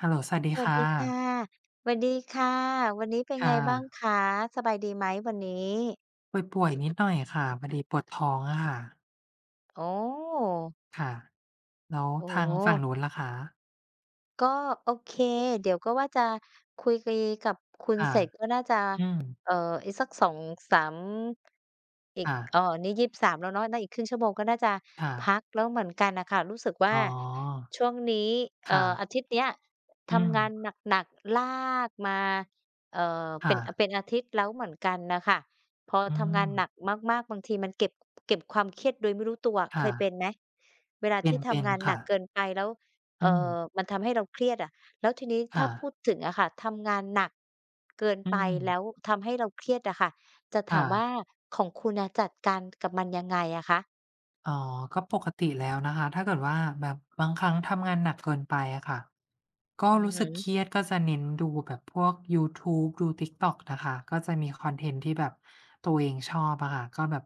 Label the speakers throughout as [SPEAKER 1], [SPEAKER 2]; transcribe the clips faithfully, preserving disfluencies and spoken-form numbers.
[SPEAKER 1] ฮัลโหลสวัสดี
[SPEAKER 2] สวัส
[SPEAKER 1] ค่ะ
[SPEAKER 2] ดีค่ะสวัดดีค่ะ วันนี้เป็นไง
[SPEAKER 1] ค่ะ
[SPEAKER 2] บ้างคะสบายดีไหมวันนี้
[SPEAKER 1] ป่วยๆนิดหน่อยค่ะพอดีปวดท้องอะค่ะ
[SPEAKER 2] โอ้
[SPEAKER 1] ค่ะ แล้ว
[SPEAKER 2] โอ้
[SPEAKER 1] ทาง
[SPEAKER 2] โฮ
[SPEAKER 1] ฝั่งนู้นล่ะคะ
[SPEAKER 2] ก็โอเคเดี๋ยวก็ว่าจะคุยกับคุณ
[SPEAKER 1] ค่ะ
[SPEAKER 2] เสร็จก็น่าจะ
[SPEAKER 1] อืม
[SPEAKER 2] เอ่ออีกสักสองสามอีก
[SPEAKER 1] ค่ะ
[SPEAKER 2] เอ่อนี่ยี่สิบสามแล้วเนาะน่าอีกครึ่งชั่วโมงก็น่าจะ
[SPEAKER 1] ค่ะ
[SPEAKER 2] พักแล้วเหมือนกันน่ะค่ะรู้สึกว่า
[SPEAKER 1] อ๋อ
[SPEAKER 2] ช่วงนี้เอ่ออา
[SPEAKER 1] ค่ะ
[SPEAKER 2] ทิตย์เนี้ย
[SPEAKER 1] อืม
[SPEAKER 2] ทำงานหนักๆลากมาเอ่อเป็
[SPEAKER 1] ค่ะ
[SPEAKER 2] นเป็นอาทิตย์แล้วเหมือนกันน่ะค่ะพอ
[SPEAKER 1] อื
[SPEAKER 2] ทำ
[SPEAKER 1] ม
[SPEAKER 2] งานหนักมากๆบางทีมันเก็บเก็บความเครียดโดยไม่รู้ตัวเค
[SPEAKER 1] ค่ะ
[SPEAKER 2] ยเป็นไหมเวลา
[SPEAKER 1] เ
[SPEAKER 2] ที่
[SPEAKER 1] ป็
[SPEAKER 2] ทำ
[SPEAKER 1] น
[SPEAKER 2] งาน
[SPEAKER 1] ๆ
[SPEAKER 2] หนั
[SPEAKER 1] ค่ะ
[SPEAKER 2] กเกินไปแล้ว
[SPEAKER 1] อื
[SPEAKER 2] เอ่
[SPEAKER 1] ม
[SPEAKER 2] อมันทำให้เราเครียดอะแล้วทีนี้ถ้า
[SPEAKER 1] ค่ะ
[SPEAKER 2] พูดถึงอะค่ะทำงานหนักเกิน
[SPEAKER 1] อื
[SPEAKER 2] ไป
[SPEAKER 1] ม
[SPEAKER 2] แล้วทำให้เราเครียดอะค่ะจะถา
[SPEAKER 1] ค่ะ
[SPEAKER 2] มว่าของคุณน่ะจัดการกับมันยังไงอะคะ
[SPEAKER 1] อ๋อ ก็ปกติแล้วนะคะ ถ้าเกิดว่าแบบบางครั้งทำงานหนักเกินไปอะค่ะ ก็
[SPEAKER 2] อือ
[SPEAKER 1] รู้
[SPEAKER 2] ฮึ
[SPEAKER 1] สึกเครียดก็จะเน้นดูแบบพวกยูทูบดู TikTok นะคะ ก็จะมีคอนเทนต์ที่แบบตัวเองชอบอะค่ะ ก็แบบ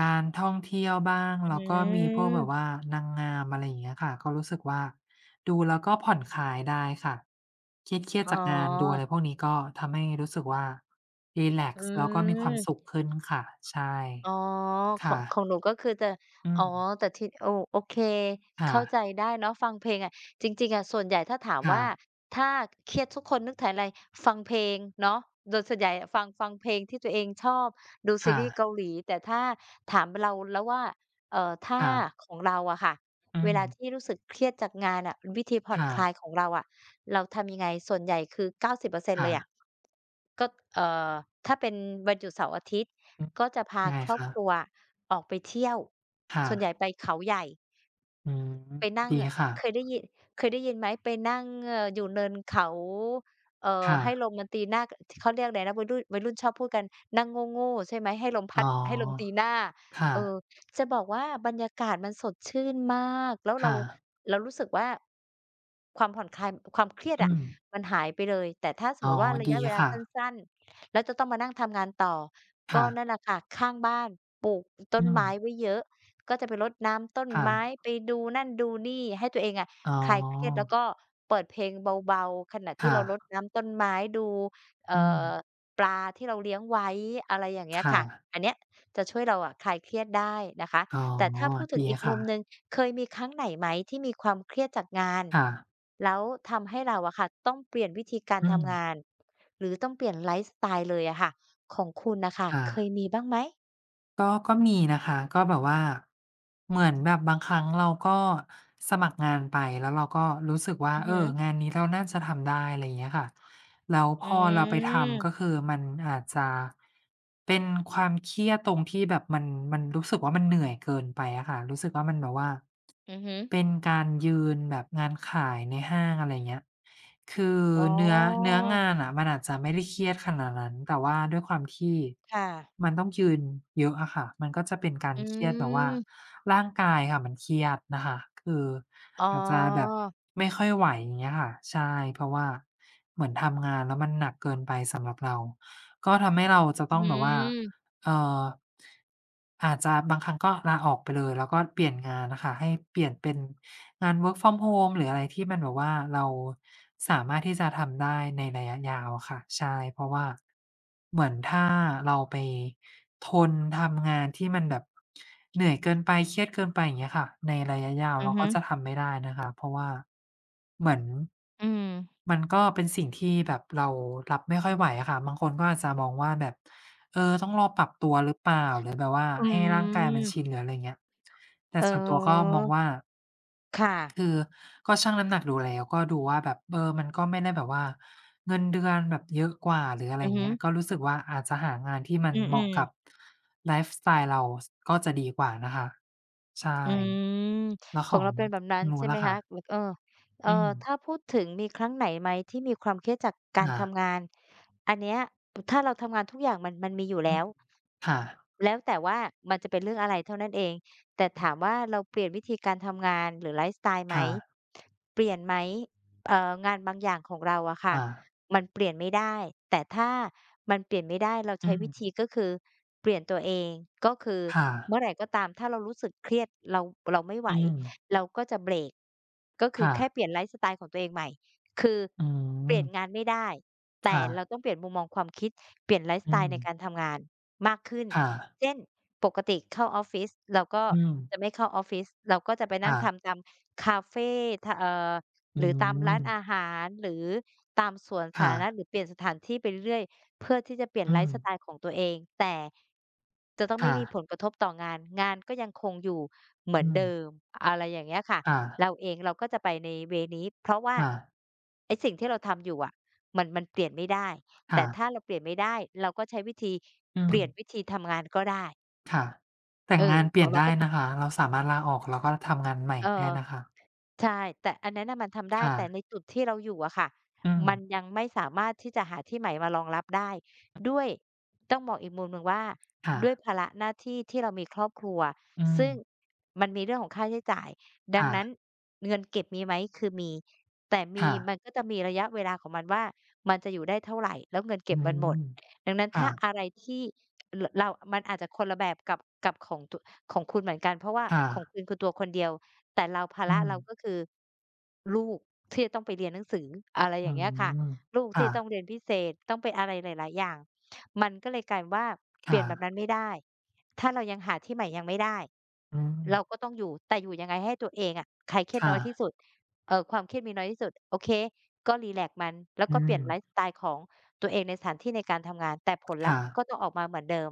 [SPEAKER 1] การท่องเที่ยวบ้าง
[SPEAKER 2] อื
[SPEAKER 1] แล้วก็มีพวกแบบ
[SPEAKER 2] ม
[SPEAKER 1] ว่านางงามอะไรอย่างเงี้ยค่ะ ก็รู้สึกว่าดูแล้วก็ผ่อนคลายได้ค่ะ เครียด
[SPEAKER 2] อ๋
[SPEAKER 1] ๆ
[SPEAKER 2] อ
[SPEAKER 1] จากงานดูอะไรพวกนี้ก็ทำให้รู้สึกว่ารีแลก
[SPEAKER 2] อื
[SPEAKER 1] ซ์แล้วก็มีความสุข
[SPEAKER 2] ม
[SPEAKER 1] ขึ้นค่ะใช่
[SPEAKER 2] อ๋อขอ
[SPEAKER 1] ค่ะ
[SPEAKER 2] งของหนูก็คือจะ
[SPEAKER 1] อื
[SPEAKER 2] อ๋อ
[SPEAKER 1] ม
[SPEAKER 2] แต่ที่โอโอเค
[SPEAKER 1] ค่ะ
[SPEAKER 2] เข้าใจได้เนาะฟังเพลงอะจริงๆอะส่วนใหญ่ถ้าถาม
[SPEAKER 1] ค่ะ
[SPEAKER 2] ว่าถ้าเครียดทุกคนนึกถึงอะไรฟังเพลงเนาะโดยส่วนใหญ่อะฟังฟังเพลงที่ตัวเองชอบดูซี
[SPEAKER 1] ค่ะ
[SPEAKER 2] รีส์เกาหลีแต่ถ้าถามเราแล้วว่าเอ่อถ้า
[SPEAKER 1] ค่ะ
[SPEAKER 2] ของเราอะค่ะ
[SPEAKER 1] อื
[SPEAKER 2] เว
[SPEAKER 1] ม
[SPEAKER 2] ลาที่รู้สึกเครียดจากงานอะวิธีผ่อนคลายข
[SPEAKER 1] ค่ะ
[SPEAKER 2] องเราอะเราทำยังไงส่วนใหญ่คือเก้าสิบเปอร์เซ็นต์เปอร์เซ็นต์เลยอะ
[SPEAKER 1] ค่ะ
[SPEAKER 2] ก็เอ่อถ้าเป็นวันหยุดเสาร์อาทิตย์
[SPEAKER 1] อืม
[SPEAKER 2] ก็จะพา
[SPEAKER 1] ได้
[SPEAKER 2] ครอบ
[SPEAKER 1] ค่ะ
[SPEAKER 2] ครัวออกไปเที่ยว
[SPEAKER 1] ค่ะ
[SPEAKER 2] ส่วนใหญ่ไปเขาใหญ่
[SPEAKER 1] อืม
[SPEAKER 2] ไปนั่ง
[SPEAKER 1] ดีค่ะ
[SPEAKER 2] เคยได้ยินเคยได้ยินไหมไปนั่งเอ่ออยู่เนินเขาเอ่อ
[SPEAKER 1] ค่ะ
[SPEAKER 2] ให้ลมมันตีหน้ากเขาเรียกอะไรนะวัยรุ่นวัยรุ่นชอบพูดกันนั่งโง่ๆใช่ไหมให้ลมพั
[SPEAKER 1] อ๋อ
[SPEAKER 2] ดให้ลมตีหน้า
[SPEAKER 1] ค่ะ
[SPEAKER 2] เออจะบอกว่าบรรยากาศมันสดชื่นมากแล้วเรา
[SPEAKER 1] ค่ะ
[SPEAKER 2] เรารู้สึกว่าความผ่อนคลายความเครียด
[SPEAKER 1] อื
[SPEAKER 2] อะ
[SPEAKER 1] ม
[SPEAKER 2] มันหายไปเลยแต่ถ้าสม
[SPEAKER 1] อ๋
[SPEAKER 2] มุ
[SPEAKER 1] อ
[SPEAKER 2] ติว่าระ
[SPEAKER 1] ดี
[SPEAKER 2] ยะเวลา
[SPEAKER 1] ค่ะ
[SPEAKER 2] สั้นๆแล้วจะต้องมานั่งทำงานต่อก็
[SPEAKER 1] ค่ะ
[SPEAKER 2] นั่นแหละค่ะข้างบ้านปลูกต้
[SPEAKER 1] อื
[SPEAKER 2] น
[SPEAKER 1] ม
[SPEAKER 2] ไม้ไว้เยอะ ก็จะไปรดน้ำต้นไม้
[SPEAKER 1] ค่ะ
[SPEAKER 2] ไปดูนั่นดูนี่ให้ตัวเองอะ
[SPEAKER 1] อ๋
[SPEAKER 2] คลายเครียด
[SPEAKER 1] อ
[SPEAKER 2] แล้วก็เปิดเพลงเบาๆขณะที่
[SPEAKER 1] ค่ะ
[SPEAKER 2] เรารดน้ำต้นไม้ดูเอ่
[SPEAKER 1] อืม
[SPEAKER 2] อปลาที่เราเลี้ยงไว้อะไรอย่างเงี้
[SPEAKER 1] ค
[SPEAKER 2] ยค่ะ
[SPEAKER 1] ่ะ
[SPEAKER 2] อันเนี้ยจะช่วยเราอะคลายเครียดได้นะคะ
[SPEAKER 1] อ๋อ
[SPEAKER 2] แต่ถ้าพูดถึง
[SPEAKER 1] ดี
[SPEAKER 2] อีกมุมหนึ่ง
[SPEAKER 1] ค่ะ
[SPEAKER 2] เคยมีครั้งไหนไหมที่มีความเครียดจากงาน
[SPEAKER 1] ค่ะ
[SPEAKER 2] แล้วทำให้เราอะค่ะต้องเปลี่ยนวิธีการ
[SPEAKER 1] อืม
[SPEAKER 2] ทำงานหรือต้องเปลี่ยนไลฟ์สไตล์เลยอะค่ะของคุณน่ะค่ะเคย
[SPEAKER 1] ค่ะ
[SPEAKER 2] มีบ้างไหม
[SPEAKER 1] ก็ก็มีนะคะก็แบบว่าเหมือนแบบบางครั้งเราก็สมัครงานไปแล้วเราก็รู้สึกว่า
[SPEAKER 2] อือ
[SPEAKER 1] เอ
[SPEAKER 2] ฮึ
[SPEAKER 1] องานนี้เราน่าจะทำได้อะไรอย่างเงี้ยค่ะแล้ว
[SPEAKER 2] อื
[SPEAKER 1] พอเราไปทำก็
[SPEAKER 2] ม
[SPEAKER 1] คือมันอาจจะเป็นความเครียดตรงที่แบบมันมันรู้สึกว่ามันเหนื่อยเกินไปอะค่ะรู้สึกว่ามันแบบว่า
[SPEAKER 2] อือฮึ
[SPEAKER 1] เป็นการยืนแบบงานขายในห้างอะไรเงี้ย คือ
[SPEAKER 2] อ๋
[SPEAKER 1] เนื้อ
[SPEAKER 2] อ
[SPEAKER 1] เนื้องานอะมันอาจจะไม่ได้เครียดขนาดนั้นแต่ว่าด้วยความที่
[SPEAKER 2] ค่ะ
[SPEAKER 1] มันต้องยืนเยอะอะค่ะมันก็จะเป็นการ
[SPEAKER 2] อื
[SPEAKER 1] เครียดแบบว่า
[SPEAKER 2] ม
[SPEAKER 1] ร่างกายค่ะมันเครียดนะคะคือ
[SPEAKER 2] อ๋อ
[SPEAKER 1] อาจจะแบบไม่ค่อยไหวอย่างเงี้ยค่ะ ใช่เพราะว่าเหมือนทำงานแล้วมันหนักเกินไปสำหรับเรา ก็ทำให้เราจะ
[SPEAKER 2] อื
[SPEAKER 1] ต้องแบบว่า
[SPEAKER 2] ม
[SPEAKER 1] เอ่ออาจจะบางครั้งก็ลาออกไปเลยแล้วก็เปลี่ยนงานน่ะค่ะให้เปลี่ยนเป็นงาน work from home หรืออะไรที่มันแบบว่าเราสามารถที่จะทำได้ในระยะยาวอะค่ะใช่เพราะว่าเหมือนถ้าเราไปทนทำงานที่มันแบบเหนื่อยเกินไปเครียดเกินไปอย่างเงี้ยค่ะในระยะยาว
[SPEAKER 2] อือ
[SPEAKER 1] เรา
[SPEAKER 2] ฮึ
[SPEAKER 1] ก็จะทำไม่ได้นะคะเพราะว่าเหมือน
[SPEAKER 2] อืม
[SPEAKER 1] มันก็เป็นสิ่งที่แบบเรารับไม่ค่อยไหวอะค่ะบางคนก็อาจจะมองว่าแบบ เออต้องรอปรับตัวหรือเปล่าหรือแบบว่า
[SPEAKER 2] อื
[SPEAKER 1] ให้ร่างกายมันชินห
[SPEAKER 2] ม
[SPEAKER 1] รืออะไรเงี้ยแต่
[SPEAKER 2] เ
[SPEAKER 1] ส่วนตัวก็
[SPEAKER 2] ออ
[SPEAKER 1] มองว่า
[SPEAKER 2] ค่ะ
[SPEAKER 1] คือก็ชั่งน้ำหนักดูแล้วก็ดูว่าแบบเออมันก็ไม่ได้แบบว่าเงินเดือนแบบเยอะกว่าหรืออะไร
[SPEAKER 2] อือฮึ
[SPEAKER 1] เงี้ยก็รู้สึกว่าอาจจะหางานที่มัน
[SPEAKER 2] อื
[SPEAKER 1] เหมาะกับ
[SPEAKER 2] ม
[SPEAKER 1] ไลฟ์สไตล์เราสก็จะดีกว่านะคะใช่
[SPEAKER 2] อืม
[SPEAKER 1] แล้ว
[SPEAKER 2] ข
[SPEAKER 1] ข
[SPEAKER 2] อง
[SPEAKER 1] อง
[SPEAKER 2] เราเป็นแบบนั้น
[SPEAKER 1] นู้
[SPEAKER 2] ใช่
[SPEAKER 1] น
[SPEAKER 2] ไหม
[SPEAKER 1] ล่ะคะ
[SPEAKER 2] คะหรือเออเอ่อ
[SPEAKER 1] อืม
[SPEAKER 2] ถ้าพูดถึงมีครั้งไหนไหมที่มีความเครียดจากการ
[SPEAKER 1] ค่ะ
[SPEAKER 2] ทำงานอันเนี้ยถ้าเราทำงานทุกอย่างมันมันมีอยู่
[SPEAKER 1] อื
[SPEAKER 2] แล้
[SPEAKER 1] ม
[SPEAKER 2] ว
[SPEAKER 1] ค่ะ
[SPEAKER 2] แล้วแต่ว่ามันจะเป็นเรื่องอะไรเท่านั้นเองแต่ถามว่าเราเปลี่ยนวิธีการทำงานหรือไลฟ์สไตล์ไหม
[SPEAKER 1] ค่ะ
[SPEAKER 2] เปลี่ยนไหมเอ่องานบางอย่างของเราอะค่ะ
[SPEAKER 1] ค่ะ
[SPEAKER 2] มันเปลี่ยนไม่ได้แต่ถ้ามันเปลี่ยนไม่ได้เรา
[SPEAKER 1] อื
[SPEAKER 2] ใช้วิธี
[SPEAKER 1] ม
[SPEAKER 2] ก็คือเปลี่ยนตัวเองก็คือ
[SPEAKER 1] ค่ะ
[SPEAKER 2] เมื่อไหรก็ตามถ้าเรารู้สึกเครียดเราเราไม่ไหว
[SPEAKER 1] อืม
[SPEAKER 2] เราก็จะเบรกก็คือแค่เป
[SPEAKER 1] ค่ะ
[SPEAKER 2] ลี่ยนไลฟ์สไตล์ของตัวเองใหม่คือ
[SPEAKER 1] อื
[SPEAKER 2] เปลี่ยนงาน
[SPEAKER 1] ม
[SPEAKER 2] ไม่ได้แต่
[SPEAKER 1] ค่ะ
[SPEAKER 2] เราต้องเปลี่ยนมุมมองความคิดเปลี่ยนไลฟ์ส
[SPEAKER 1] อื
[SPEAKER 2] ไตล์ในการ
[SPEAKER 1] ม
[SPEAKER 2] ทำงานมากขึ้น
[SPEAKER 1] ค่ะ
[SPEAKER 2] เช่นปกติเข้าออฟฟิศเราก็
[SPEAKER 1] อืม
[SPEAKER 2] จะไม่เข้าออฟฟิศเราก็จะไปนั่ง
[SPEAKER 1] ค่ะ
[SPEAKER 2] ทำตามคาเฟทเอ่อ
[SPEAKER 1] อื
[SPEAKER 2] หรือตามร้า
[SPEAKER 1] ม
[SPEAKER 2] นอาหารหรือตามสวนสา
[SPEAKER 1] ค่ะ
[SPEAKER 2] ธารณะหรือเปลี่ยนสถานที่ไปเรื่อย เพื่อที่จะเปลี่ยน
[SPEAKER 1] อื
[SPEAKER 2] ไล
[SPEAKER 1] ม
[SPEAKER 2] ฟ์สไตล์ของตัวเองแต่จะต้องไม่
[SPEAKER 1] ค่ะ
[SPEAKER 2] มีผลกระทบต่องานงานก็ยังคงอยู่เหมือ
[SPEAKER 1] อื
[SPEAKER 2] น
[SPEAKER 1] ม
[SPEAKER 2] เดิมอะไรอย่างเงี้ยค่ะ
[SPEAKER 1] ค่ะ
[SPEAKER 2] เราเองเราก็จะไปในเวย์นี้เพราะว่า
[SPEAKER 1] ค่ะ
[SPEAKER 2] ไอ้สิ่งที่เราทำอยู่อะมันมันเปลี่ยนไม่ได้
[SPEAKER 1] ค่ะ
[SPEAKER 2] แต่ถ้าเราเปลี่ยนไม่ได้เราก็ใช้วิธี
[SPEAKER 1] อื
[SPEAKER 2] เป
[SPEAKER 1] ม
[SPEAKER 2] ลี่ยนวิธีทำงานก็ได้
[SPEAKER 1] ค่ะแต่
[SPEAKER 2] เออ
[SPEAKER 1] งานเป
[SPEAKER 2] ข
[SPEAKER 1] ลี่
[SPEAKER 2] อง
[SPEAKER 1] ยน
[SPEAKER 2] เรา
[SPEAKER 1] ได้
[SPEAKER 2] ก็จะ
[SPEAKER 1] นะคะ เราสามารถลาออกแล้วก็ทำงานใหม่
[SPEAKER 2] เอ
[SPEAKER 1] ได้นะ
[SPEAKER 2] อ
[SPEAKER 1] คะ
[SPEAKER 2] ใช่แต่อันนั้นน่ะมันทำได้
[SPEAKER 1] ค่ะ
[SPEAKER 2] แต่ในจุดที่เราอยู่อะค่ะ
[SPEAKER 1] อืม
[SPEAKER 2] มันยังไม่สามารถที่จะหาที่ใหม่มารองรับได้ด้วยต้องมองอีกมุมหนึ่งว่าด้วย
[SPEAKER 1] ค่ะ
[SPEAKER 2] ภาระหน้าที่ที่เรามีครอบครัว
[SPEAKER 1] อืม
[SPEAKER 2] ซึ่งมันมีเรื่องของค่าใช้จ่ายดัง
[SPEAKER 1] ค่ะ
[SPEAKER 2] นั้นเงินเก็บมีไหมคือมีแต่มี
[SPEAKER 1] ค่ะ
[SPEAKER 2] มันก็จะมีระยะเวลาของมันว่ามันจะอยู่ได้เท่าไรแล้วเงินเก็
[SPEAKER 1] อื
[SPEAKER 2] บมันหมด
[SPEAKER 1] ม
[SPEAKER 2] ดังนั้นถ้าอะ
[SPEAKER 1] ค่ะ
[SPEAKER 2] ไรที่รเรามันอาจจะคนละแบบกับกับของตของคุณเหมือนกันเพราะว่า
[SPEAKER 1] ค่ะ
[SPEAKER 2] ของคุณคือตัวคนเดียว แต่เราภา
[SPEAKER 1] อื
[SPEAKER 2] ระ
[SPEAKER 1] ม
[SPEAKER 2] เราก็คือลูกที่จะต้องไปเรียนหนังสืออะไรอ
[SPEAKER 1] อื
[SPEAKER 2] ย่างเงี้ยค่ะ
[SPEAKER 1] ม
[SPEAKER 2] ลูกที่ต้อง
[SPEAKER 1] ค่ะ
[SPEAKER 2] เรียนพิเศษต้องไปอะไรหลายๆอย่างมันก็เลยกลายเป็นว่าเปลี่ยนแบบนั้
[SPEAKER 1] ค่ะ
[SPEAKER 2] นไม่ได้ถ้าเรายังหาที่ใหม่ยังไม่ได้
[SPEAKER 1] อืม
[SPEAKER 2] เราก็ต้องอยู่แต่อยู่ยังไงให้ตัวเองอะคลายเครียดน้
[SPEAKER 1] ค่ะ
[SPEAKER 2] อยที่สุดเอ่อความเครียดมีน้อยที่สุดโอเคก็รีแลกซ์มันแล้ว
[SPEAKER 1] อื
[SPEAKER 2] ก็เปลี่ยน
[SPEAKER 1] ม
[SPEAKER 2] ไลฟ์สไตล์ของตัวเองในสถานที่ในการทำงานแต่ผลลัพ
[SPEAKER 1] ค่ะ
[SPEAKER 2] ธ์ก็ต้องออกมาเหมือนเดิม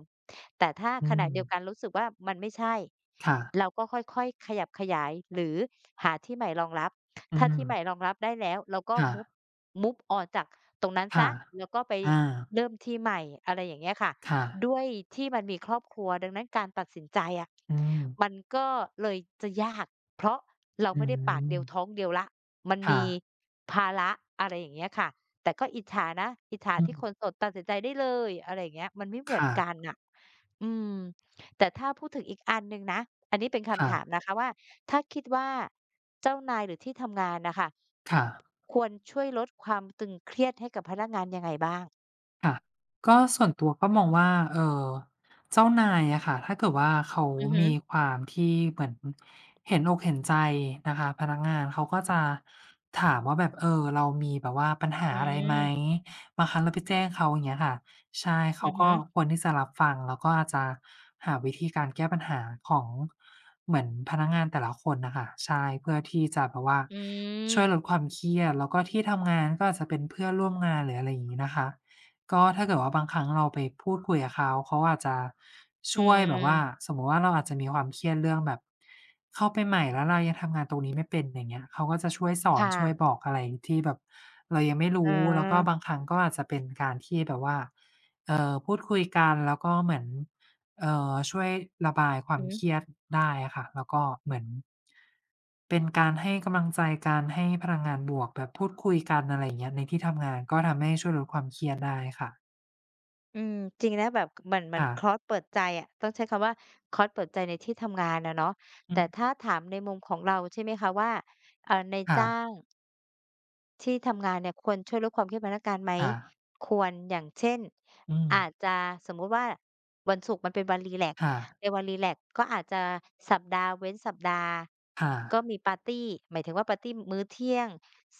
[SPEAKER 2] แต่ถ้า
[SPEAKER 1] อื
[SPEAKER 2] ขณะ
[SPEAKER 1] ม
[SPEAKER 2] เดียวกันรู้สึกว่ามันไม่ใช่
[SPEAKER 1] ค่ะ
[SPEAKER 2] เราก็ค่อยๆขยับขยายหรือหาที่ใหม่รองรับ
[SPEAKER 1] อื
[SPEAKER 2] ถ้าที่ใหม่ร
[SPEAKER 1] ม
[SPEAKER 2] องรับได้แล้วเราก็
[SPEAKER 1] ค่ะ
[SPEAKER 2] m ุ v มุ o ออกจากตรงนั้นเสี
[SPEAKER 1] ค่ะ
[SPEAKER 2] ยแล้วก็ไป
[SPEAKER 1] อา
[SPEAKER 2] เริ่มที่ใหม่อะไรอย่างเงี้ยค่ะ
[SPEAKER 1] ค่ะ
[SPEAKER 2] ด้วยที่มันมีครอบครัวดังนั้นการตัดสินใจอะ
[SPEAKER 1] อืม
[SPEAKER 2] มันก็เลยจะยากเพราะเรา
[SPEAKER 1] อื
[SPEAKER 2] ไม่ได้ปาก
[SPEAKER 1] ม
[SPEAKER 2] เดียวท้องเดียวแล้วมัน
[SPEAKER 1] ค่ะ
[SPEAKER 2] มีภาระอะไรอย่างเงี้ยค่ะแต่ก็อิจฉานะอิจฉา
[SPEAKER 1] อืม
[SPEAKER 2] ที่คนโสดตัดสินใจได้เลยอะไรอย่างเงี้ยมันไม่เหมือน
[SPEAKER 1] ค่ะ
[SPEAKER 2] กันน่ะอืม แต่ถ้าพูดถึงอีกอันหนึ่งนะ อันนี้เป็นคำ
[SPEAKER 1] ค่ะ
[SPEAKER 2] ถามนะคะว่าถ้าคิดว่าเจ้านายหรือที่ทำงานน่ะค่ะ
[SPEAKER 1] ค่ะ
[SPEAKER 2] ควรช่วยลดความตึงเครียดให้กับพนักงานยังไงบ้าง
[SPEAKER 1] ค่ะก็ส่วนตัวก็มองว่าเออเจ้านายอะค่ะถ้าเกิดว่าเขา
[SPEAKER 2] อือฮึ
[SPEAKER 1] มีความที่เหมือนเห็นอกเห็นใจนะคะพนักงานเขาก็จะถามว่าแบบเออเรามีแบบว่าปัญหา
[SPEAKER 2] อื
[SPEAKER 1] อะไรไหม
[SPEAKER 2] ม
[SPEAKER 1] บางครั้งเราไปแจ้งเขาอย่างเงี้ยค่ะใช่
[SPEAKER 2] อื
[SPEAKER 1] เขา
[SPEAKER 2] อฮึ
[SPEAKER 1] ก็ควรที่จะรับฟังแล้วก็อาจจะหาวิธีการแก้ปัญหาของเหมือนพนักงานแต่ละคนนะคะใช่เพื่อที่จะแบบว่า
[SPEAKER 2] อื
[SPEAKER 1] ช่วยล
[SPEAKER 2] ม
[SPEAKER 1] ดความเครียดแล้วก็ที่ทำงานก็อาจจะเป็นเพื่อนร่วมงานหรืออะไรอย่างงี้นะคะ ก็ถ้าเกิดว่าบางครั้งเราไปพูดคุยกับเขาเขาอาจจะ
[SPEAKER 2] อื
[SPEAKER 1] ช่วยแบบว่า
[SPEAKER 2] ม
[SPEAKER 1] สมมุติว่าเราอาจจะมีความเครียดเรื่องแบบเข้าไปใหม่แล้วเรายังทำงานตรงนี้ไม่เป็นอย่างเงี้ยเขาก็จะช่วยสอน
[SPEAKER 2] ค่ะ
[SPEAKER 1] ช่วยบอกอะไรที่แบบเรายังไม่
[SPEAKER 2] อา
[SPEAKER 1] รู้แล้วก็บา
[SPEAKER 2] อ
[SPEAKER 1] งครั้งก็อาจจะเป็นการที่แบบว่าเอ่อพูดคุยกันแล้วก็เหมือน เอ่อช่วยระบายควา
[SPEAKER 2] อื
[SPEAKER 1] ม
[SPEAKER 2] อฮึ
[SPEAKER 1] เครียดได้อะค่ะแล้วก็เหมือนเป็นการให้กำลังใจกันให้พลังงานบวกแบบพูดคุยกันอะไรอย่างเงี้ยในที่ทำงานก็ทำให้ช่วยลดความเครียดได้ค่ะ
[SPEAKER 2] อืมจริงนะแบบเหมือนเหมือน
[SPEAKER 1] ค่ะ
[SPEAKER 2] คอร์สเปิดใจอะต้องใช้คำว่าคอร์สเปิดใจในที่ทำงานอะเนาะ
[SPEAKER 1] อื
[SPEAKER 2] แต่ถ้า
[SPEAKER 1] ม
[SPEAKER 2] ถามในมุมของเราใช่ไหมคะว่าเอ่อนาย
[SPEAKER 1] ค่ะ
[SPEAKER 2] จ้าง ที่ทำงานเนี่ยควรช่วยลดความเครียดพนักงานไหม
[SPEAKER 1] ค่ะ
[SPEAKER 2] ควรอย่างเช่น
[SPEAKER 1] อืม
[SPEAKER 2] อาจจะสมมุติว่าวันศุกร์มันเป็นวันรีแลกซ์
[SPEAKER 1] ค่ะ
[SPEAKER 2] ในวันรีแลกซ์ก็อาจจะสัปดาห์เว้นสัปดาห์
[SPEAKER 1] ค
[SPEAKER 2] ก็
[SPEAKER 1] ่ะ
[SPEAKER 2] มีปาร์ตีหมายถึงว่าปาร์ตีมื้อเที่ยง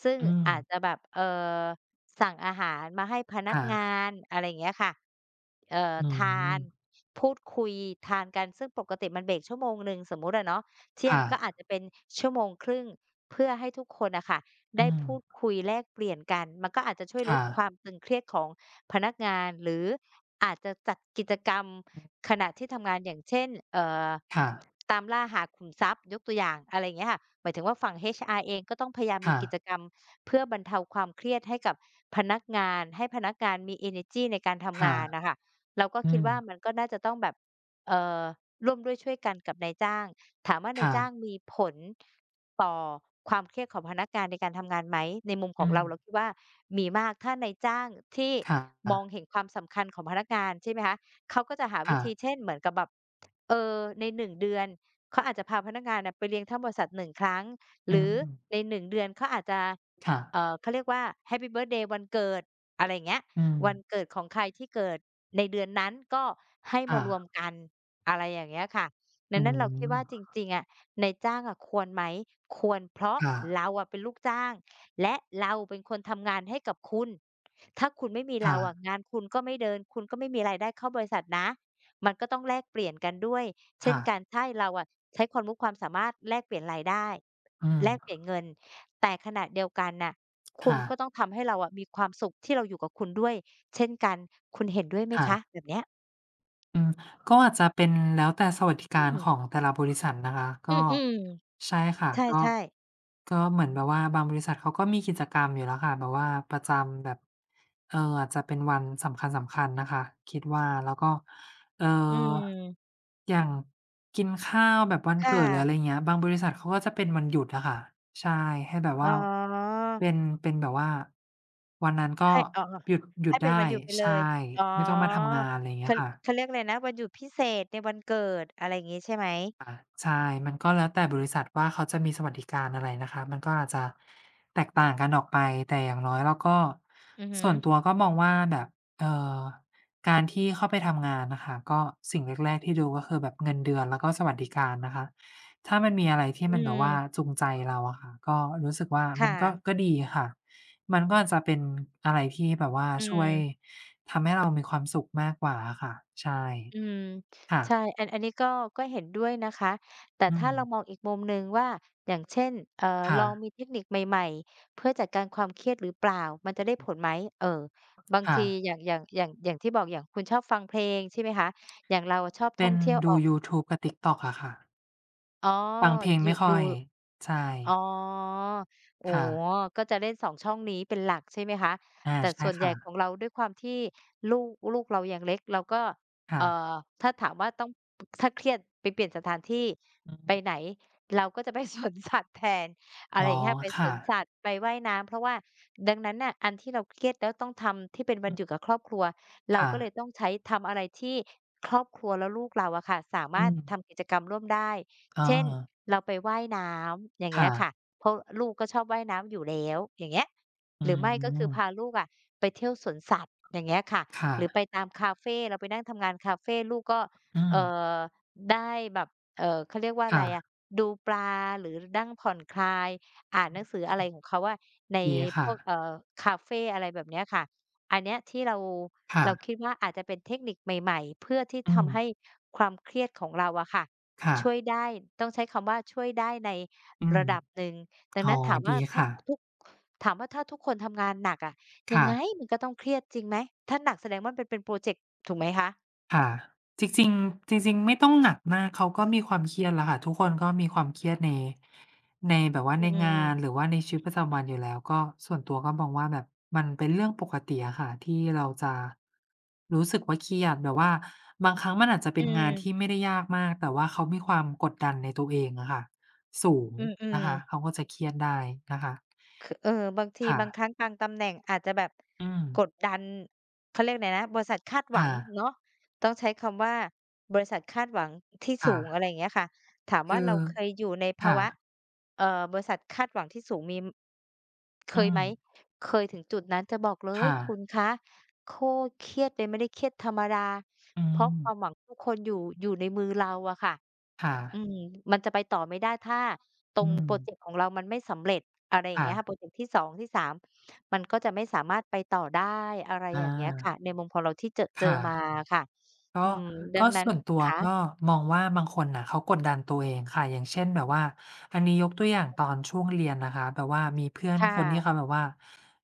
[SPEAKER 2] ซึ่ง
[SPEAKER 1] อืม
[SPEAKER 2] อาจจะแบบเอ่อสั่งอาหารมาให้พนักงา
[SPEAKER 1] ค่ะ
[SPEAKER 2] นอะไรอย่างเงี้ยค่ะเอ่อ
[SPEAKER 1] อื
[SPEAKER 2] ทาน
[SPEAKER 1] ม
[SPEAKER 2] พูดคุยทานกันซึ่งปกติมันเบรกชั่วโมงหนึ่งสมมุติอะเนาะเที่ยงก็อา
[SPEAKER 1] ค่ะ
[SPEAKER 2] จจะเป็นชั่วโมงครึ่งเพื่อให้ทุกคนน่ะค่ะ
[SPEAKER 1] อื
[SPEAKER 2] ได้
[SPEAKER 1] ม
[SPEAKER 2] พูดคุยแลกเปลี่ยนกันมันก็อาจจะช่วยลด
[SPEAKER 1] ค่ะ
[SPEAKER 2] ความตึงเครียดของพนักงานหรืออาจจะจัดกิจกรรมขณะที่ทำงานอย่างเช่นเอ่อ
[SPEAKER 1] ค่ะ
[SPEAKER 2] ตามล่าหาขุมทรัพย์ยกตัวอย่างอะไรอย่างเงี้ยค่ะหมายถึงว่าฝั่ง เอช อาร์ เองก็ต้องพยายามมี
[SPEAKER 1] ค่ะ
[SPEAKER 2] กิจกรรมเพื่อบรรเทาความเครียดให้กับพนักงานให้พนักงานมีเอเนอร์จีในการทำ
[SPEAKER 1] ค่ะ
[SPEAKER 2] งานน่ะค่ะเราก็
[SPEAKER 1] อื
[SPEAKER 2] คิด
[SPEAKER 1] ม
[SPEAKER 2] ว่ามันก็น่าจะต้องแบบเอ่อร่วมด้วยช่วยกันกับนายจ้างถามว่านายจ้าง
[SPEAKER 1] ค่ะ
[SPEAKER 2] มีผล ต่อความเครียดของพนักงานในการทำงานไหมในมุมขอ
[SPEAKER 1] อื
[SPEAKER 2] งเรา
[SPEAKER 1] ม
[SPEAKER 2] เราคิดว่ามีมากถ้านายจ้างที่
[SPEAKER 1] ค่
[SPEAKER 2] มอง
[SPEAKER 1] ะ
[SPEAKER 2] เห็นความสำคัญของพนักงานใช่ไหมคะเขาก็จะหาวิ
[SPEAKER 1] ค่ะ
[SPEAKER 2] ธีเช่นเหมือนกับแบบเอ่อในหนึ่งเดือนเขาอาจจะพาพนักงานน่ะไปเลี้ยงทั้งบริษัทหนึ่งครั้งห
[SPEAKER 1] อื
[SPEAKER 2] รือ
[SPEAKER 1] ม
[SPEAKER 2] ในหนึ่งเดือนเขาอาจจะเอ่
[SPEAKER 1] ค่ะ
[SPEAKER 2] อเขาเรียกว่าแฮปปีเบิร์ทเดย์วันเกิดอะไรอย่างเงี้ย
[SPEAKER 1] อืม
[SPEAKER 2] วันเกิดของใครที่เกิดในเดือนนั้นก็ให้มารวม
[SPEAKER 1] ค่ะ
[SPEAKER 2] กันอะไรอย่างเงี้ยค่ะดั
[SPEAKER 1] อื
[SPEAKER 2] งนั้นเราคิดว่าจ
[SPEAKER 1] ม
[SPEAKER 2] ริงๆอะ นายจ้างอ่ะควรไหมควรเพราะ
[SPEAKER 1] ค่ะ
[SPEAKER 2] เราอ่ะเป็นลูกจ้างและเราเป็นคนทำงานให้กับคุณถ้าคุณไม่มีเรา
[SPEAKER 1] ค่ะ
[SPEAKER 2] อ่ะงานคุณก็ไม่เดินคุณก็ไม่มีรายได้เข้าบริษัทนะมันก็ต้องแลกเปลี่ยนกันด้วยเช่น
[SPEAKER 1] ค่ะ
[SPEAKER 2] กันใช่เราอ่ะใช้ความรู้ความสามารถแลกเปลี่ยนรายได้
[SPEAKER 1] อื
[SPEAKER 2] แลกเปลี่
[SPEAKER 1] ม
[SPEAKER 2] ยนเงินแต่ขณะเดียวกันน่ะคุณ
[SPEAKER 1] ค่ะ
[SPEAKER 2] ก็ต้องทำให้เราอะมีความสุขที่เราอยู่กับคุณด้วยเช่นกันคุณเห็นด้วยไหมคะ
[SPEAKER 1] ค่ะ
[SPEAKER 2] แบบเนี้ย
[SPEAKER 1] อืมก็อาจจะเป็นแล้วแต่สวัสดิ
[SPEAKER 2] อื
[SPEAKER 1] การ
[SPEAKER 2] ม
[SPEAKER 1] ของแต่ละบริษัทนะคะก็
[SPEAKER 2] อืม
[SPEAKER 1] ใช่ค่ะ
[SPEAKER 2] ๆใ
[SPEAKER 1] ก็
[SPEAKER 2] ช่ๆ
[SPEAKER 1] ก็เหมือนแบบว่าบางบริษัทเขาก็มีกิจกรรมอยู่แล้วค่ะแบบว่าประจำแบบเอ่ออาจจะเป็นวันสำคัญๆนะคะคิดว่าแล้วก็เอ่อ
[SPEAKER 2] อืม
[SPEAKER 1] อย่างกินข้าวแบบวัน
[SPEAKER 2] ค่ะ
[SPEAKER 1] เกิดหรืออะไรเงี้ยบางบริษัทเขาก็จะเป็นวันหยุดอะค่ะใช่ให้แบบ
[SPEAKER 2] อ๋อ
[SPEAKER 1] ว่าเป็นเป็นแบบว่าวันนั้นก็
[SPEAKER 2] ให้อ๋อ
[SPEAKER 1] หยุดหยุ
[SPEAKER 2] ให้
[SPEAKER 1] ด
[SPEAKER 2] เป็นวั
[SPEAKER 1] ได้
[SPEAKER 2] นหยุดไปเล
[SPEAKER 1] ใช่
[SPEAKER 2] ยอ๋อ
[SPEAKER 1] ไม่ต้องมาทำงานอะไรอย่างเงี้
[SPEAKER 2] เขา
[SPEAKER 1] ยค่ะ
[SPEAKER 2] เขาเรียกอะไรนะวันหยุดพิเศษในวันเกิดอะไรอย่างงี้ใช่ไหม
[SPEAKER 1] ใช่มันก็แล้วแต่บริษัทว่าเขาจะมีสวัสดิการอะไรนะคะ มันก็อาจจะแตกต่างกันออกไป แต่อย่างน้อยเราก็
[SPEAKER 2] อือฮึ
[SPEAKER 1] ส่วนตัวก็มองว่าแบบเอ่อการที่เข้าไปทำงานน่ะค่ะก็สิ่งแรกๆที่ดูก็คือแบบเงินเดือนแล้วก็สวัสดิการนะคะ ถ้ามันมีอะไรที่
[SPEAKER 2] อื
[SPEAKER 1] มันแบบว่า
[SPEAKER 2] ม
[SPEAKER 1] จูงใจเราอะค่ะก็รู้สึกว่า
[SPEAKER 2] ค
[SPEAKER 1] มันก็
[SPEAKER 2] ่ะ
[SPEAKER 1] ก็ดีค่ะ มันก็อาจจะเป็นอะไรที่แบบว่า
[SPEAKER 2] อื
[SPEAKER 1] ช่วย
[SPEAKER 2] ม
[SPEAKER 1] ทำให้เรามีความสุขมากกว่าอะค่ะใช่
[SPEAKER 2] อืม
[SPEAKER 1] ค่ะ
[SPEAKER 2] ใช่อันอันนี้ก็ก็เห็นด้วยนะคะแต่
[SPEAKER 1] อื
[SPEAKER 2] ถ้าเรามอ
[SPEAKER 1] ม
[SPEAKER 2] งอีกมุมหนึ่งว่าอย่างเช่นเอ่อลองมี
[SPEAKER 1] ค่ะ
[SPEAKER 2] เทคนิคใหม่ๆเพื่อจัดการความเครียดหรือเปล่ามันจะได้ผลไหมเออบาง
[SPEAKER 1] ค่ะ
[SPEAKER 2] ทีอย่างอย่างอย่างอย่างที่บอกอย่างคุณชอบฟังเพลงใช่ไหมคะอย่างเราอะชอบท่
[SPEAKER 1] เป็
[SPEAKER 2] อง
[SPEAKER 1] น
[SPEAKER 2] เที่ยวอ
[SPEAKER 1] ดู
[SPEAKER 2] อก
[SPEAKER 1] ยูทูบกับ ติ๊กต็อก อะค่ะ
[SPEAKER 2] อ๋อ
[SPEAKER 1] ฟังเพลง
[SPEAKER 2] อยู่
[SPEAKER 1] ไม่ค่
[SPEAKER 2] ดู
[SPEAKER 1] อยใช่
[SPEAKER 2] อ๋อโอ้
[SPEAKER 1] ค่ะ
[SPEAKER 2] โฮก็จะเล่นสองช่องนี้เป็นหลักใช่ไหมคะ
[SPEAKER 1] อา
[SPEAKER 2] แต่
[SPEAKER 1] ใช่
[SPEAKER 2] ส่วนใหญ่
[SPEAKER 1] ค่ะ
[SPEAKER 2] ของเราด้วยความที่ลูกลูกเรายังเล็กเราก็เอ่
[SPEAKER 1] ค่ะ
[SPEAKER 2] อถ้าถามว่าต้องถ้าเครียดไปเปลี่ยนสถานที่
[SPEAKER 1] อื
[SPEAKER 2] ไปไห
[SPEAKER 1] ม
[SPEAKER 2] นเราก็จะไป สวนสัตว์แทนอะไร
[SPEAKER 1] อ๋
[SPEAKER 2] อ
[SPEAKER 1] อ
[SPEAKER 2] ย่างเงี้ยไปสว
[SPEAKER 1] ค่ะ
[SPEAKER 2] นสัตว์ไปว่ายน้ำเพราะว่าดังนั้นน่ะอันที่เราเครียดแล้วต้องทำที่เป็นวัน
[SPEAKER 1] อื
[SPEAKER 2] ห
[SPEAKER 1] ม
[SPEAKER 2] ยุดกับครอบครัวเรา
[SPEAKER 1] ค่ะ
[SPEAKER 2] ก็เลยต้องใช้ทำอะไรที่ครอบครัวและลูกเราอะค่ะสา
[SPEAKER 1] อื
[SPEAKER 2] มารถ
[SPEAKER 1] ม
[SPEAKER 2] ทำกิจกรรมร่วมได้
[SPEAKER 1] อ๋อ
[SPEAKER 2] เช่น เราไปว่ายน้ำอย่างเงี้
[SPEAKER 1] ค่ะ
[SPEAKER 2] ยค่ะเพราะลูกก็ชอบว่ายน้ำอยู่แล้วอย่างเงี้ย
[SPEAKER 1] อื
[SPEAKER 2] หรือไม่ก็คือ
[SPEAKER 1] ม
[SPEAKER 2] พาลูกอะไปเที่ยวสวนสัตว์อย่างเงี้ยค่ะหรือไป
[SPEAKER 1] ค่ะ
[SPEAKER 2] ตามคาเฟเราไปนั่งทำงานคาเฟลูกก็
[SPEAKER 1] อืม
[SPEAKER 2] เอ่อได้แบบเอ่อเขาเรียกว่าอะไรอะ
[SPEAKER 1] ค่ะ
[SPEAKER 2] ดูปลาหรือนั่งผ่อนคลายอ่านหนังสืออะไรของเขาอะใน
[SPEAKER 1] ดี
[SPEAKER 2] พ
[SPEAKER 1] ค่ะ
[SPEAKER 2] วกเอ่อคาเฟอะไรแบบเนี้ยค่ะอันเนี้ยที่เรา
[SPEAKER 1] ค่ะ
[SPEAKER 2] เราคิดว่าอาจจะเป็นเทคนิคใหม่ๆเพื่อที่
[SPEAKER 1] อืม
[SPEAKER 2] ทำให้ความเครียดของเราอะค่ะ
[SPEAKER 1] ค่ะ
[SPEAKER 2] ช่วยได้ต้องใช้คำว่าช่วยได้ใน
[SPEAKER 1] อืม
[SPEAKER 2] ระดับหนึ่งดัง
[SPEAKER 1] อ๋อ
[SPEAKER 2] นั้นถาม
[SPEAKER 1] ดี
[SPEAKER 2] ว่าถ้า
[SPEAKER 1] ค่ะ
[SPEAKER 2] ทุกถามว่าถ้าทุกคนทำงานหนักอะยัง
[SPEAKER 1] ค่ะ
[SPEAKER 2] ไงมันก็ต้องเครียดจริงไหมถ้าหนักแสดงว่ามันเป็นเป็นพรอเจกต์ถูกไหมคะ
[SPEAKER 1] ค่ะจริงๆจริงๆไม่ต้องหนักมากเขาก็มีความเครียดแล้วค่ะทุกคนก็มีความเครียดในในแบบว่า
[SPEAKER 2] อื
[SPEAKER 1] ในงา
[SPEAKER 2] ม
[SPEAKER 1] นหรื
[SPEAKER 2] ๆ
[SPEAKER 1] อว่าในชีวิตประจำวันอยู่แล้วก็ส่วนตัวก็มองว่าแบบมันเป็นเรื่องปกติอะค่ะที่เราจะรู้สึกว่าเครียดแบบว่าบางครั้งมันอาจจะ
[SPEAKER 2] อื
[SPEAKER 1] เป็นงา
[SPEAKER 2] ม
[SPEAKER 1] นที่ไม่ได้ยากมากแต่ว่าเขามีความกดดันในตัวเองอะค่ะสูง
[SPEAKER 2] อืม
[SPEAKER 1] นะคะเขา
[SPEAKER 2] ๆ
[SPEAKER 1] ก็จะเครียดได้นะคะ
[SPEAKER 2] คือเออบางที
[SPEAKER 1] ค่ะ
[SPEAKER 2] บางครั้งบางตำแหน่งอาจจะแบบ
[SPEAKER 1] อืม
[SPEAKER 2] กดดันเขาเรียกไรนะบริษัทคาดหวัง
[SPEAKER 1] ค่ะ
[SPEAKER 2] เนาะต้องใช้คำว่าบริษัทคาดหวังที่สู
[SPEAKER 1] ค่ะ
[SPEAKER 2] งอะไรอย่างเงี้ยค่ะถามว่า
[SPEAKER 1] คือ
[SPEAKER 2] เราเคยอยู่ในภา
[SPEAKER 1] ค่ะ
[SPEAKER 2] วะเอ่อบริษัทคาดหวังที่สูงมีเค
[SPEAKER 1] อื
[SPEAKER 2] ย
[SPEAKER 1] ม
[SPEAKER 2] ไหมเคยถึงจุดนั้นจะบอกเลย
[SPEAKER 1] ค่ะ
[SPEAKER 2] คุณคะโคตรเครียดเลยไม่ได้เครียดธรรมดา
[SPEAKER 1] อื
[SPEAKER 2] เพราะ
[SPEAKER 1] ม
[SPEAKER 2] ความหวังทุกคนอยู่อยู่ในมือเราอะค่ะ
[SPEAKER 1] ค่ะ
[SPEAKER 2] อืมมันจะไปต่อไม่ได้ถ้าตร
[SPEAKER 1] อื
[SPEAKER 2] งพ
[SPEAKER 1] ม
[SPEAKER 2] รอเจกต์ของเรามันไม่สำเร็จอะไรอย่าง
[SPEAKER 1] ค่ะ
[SPEAKER 2] เงี้ยค่ะพรอเจกต์ที่สองที่สามมันก็จะไม่สามารถไปต่อได้อะไร
[SPEAKER 1] อา
[SPEAKER 2] อย่างเงี้ยค่ะในมุมของเราที่เจอเจอ
[SPEAKER 1] ค่ะ
[SPEAKER 2] มาค่ะอื
[SPEAKER 1] ก็
[SPEAKER 2] มดั
[SPEAKER 1] ก็
[SPEAKER 2] งนั้น
[SPEAKER 1] ส่วนตัว
[SPEAKER 2] คะ
[SPEAKER 1] ก็มองว่าบางคนน่ะเขากดดันตัวเองค่ะอย่างเช่นแบบว่าอันนี้ยกตัวอย่างตอนช่วงเรียนนะคะแบบว่ามีเพื่อน
[SPEAKER 2] ค่
[SPEAKER 1] คนที่เขา
[SPEAKER 2] ะ
[SPEAKER 1] แบบว่า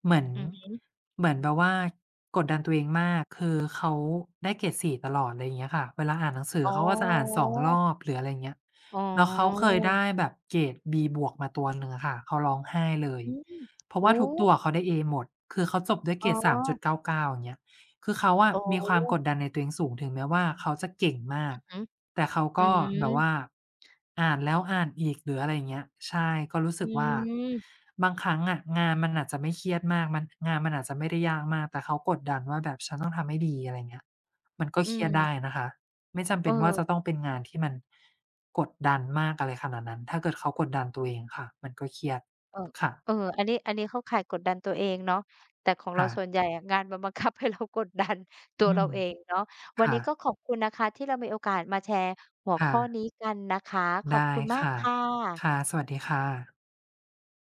[SPEAKER 1] เหมือน
[SPEAKER 2] อืม
[SPEAKER 1] เหมือนแบบว่ากดดันตัวเองมากคือเขาได้เกรดสี่ตลอดอะไรอย่างเงี้ยค่ะเวลาอ่านหนังสือ
[SPEAKER 2] อ๋
[SPEAKER 1] เขาก็จะอ่าน
[SPEAKER 2] อ
[SPEAKER 1] สองรอบหรืออะไรอย่างเงี้ย
[SPEAKER 2] อ๋อ
[SPEAKER 1] แล้วเขาเคยได้แบบเกรด บี บวกมาตัวหนึ่งอะค่ะเขาร้องไห้เลย
[SPEAKER 2] อืม
[SPEAKER 1] เพราะ
[SPEAKER 2] โอ้
[SPEAKER 1] ว่าทุกตัวเขาได้ เอ หมดคือเขาจบด้วย
[SPEAKER 2] อ๋อ
[SPEAKER 1] เกรดสามจุดเก้าเก้าอย่างเงี้ย คือเขาอะ
[SPEAKER 2] โ
[SPEAKER 1] มีความก
[SPEAKER 2] อ
[SPEAKER 1] ดดันในตัวเองสูงถึงแม้ว่าเขาจะเก่งมา
[SPEAKER 2] อื
[SPEAKER 1] ก
[SPEAKER 2] อฮึ
[SPEAKER 1] แต่เขา
[SPEAKER 2] อื
[SPEAKER 1] ก็แบ
[SPEAKER 2] ม
[SPEAKER 1] บว่าอ่านแล้วอ่านอีกหรืออะไรอย่างเงี้ยใช่ก็รู้
[SPEAKER 2] อื
[SPEAKER 1] สึกว่า
[SPEAKER 2] ม
[SPEAKER 1] บางครั้งอะงานมันอาจจะไม่เครียดมากมันงานมันอาจจะไม่ได้ยากมากแต่เขากดดันว่าแบบฉันต้องทำให้ดีอะไรอย่างเงี้ยมันก็
[SPEAKER 2] อื
[SPEAKER 1] เครียดได้
[SPEAKER 2] ม
[SPEAKER 1] นะคะไม่จำ
[SPEAKER 2] เ
[SPEAKER 1] เป็นว่าจะต้
[SPEAKER 2] ออ
[SPEAKER 1] องเป็นงานที่มันกดดันมากอะไรขนาดนั้นถ้าเกิดเขากดดันตัวเองค่ะมันก็เครียด
[SPEAKER 2] เออ
[SPEAKER 1] ค่ะ
[SPEAKER 2] เอออันนี้อันนี้เข้าข่ายกดดันตัวเองเนาะแต่ของเรา
[SPEAKER 1] ค่ะ
[SPEAKER 2] ส่วนใหญ่อะงานมันบังคับให้เรากดดัน ตัว
[SPEAKER 1] อื
[SPEAKER 2] เรา
[SPEAKER 1] ม
[SPEAKER 2] เองเนาะวัน
[SPEAKER 1] ค่ะ
[SPEAKER 2] นี้ก็ขอบคุณนะคะที่เรามีโอกาสมาแชร์หัว
[SPEAKER 1] ค่ะ
[SPEAKER 2] ข้อนี้กันนะคะ ขอบ
[SPEAKER 1] ได้
[SPEAKER 2] คุณมาก
[SPEAKER 1] ค่ะ
[SPEAKER 2] ค่
[SPEAKER 1] ค่ะ
[SPEAKER 2] ะ
[SPEAKER 1] สวัสดีค่ะ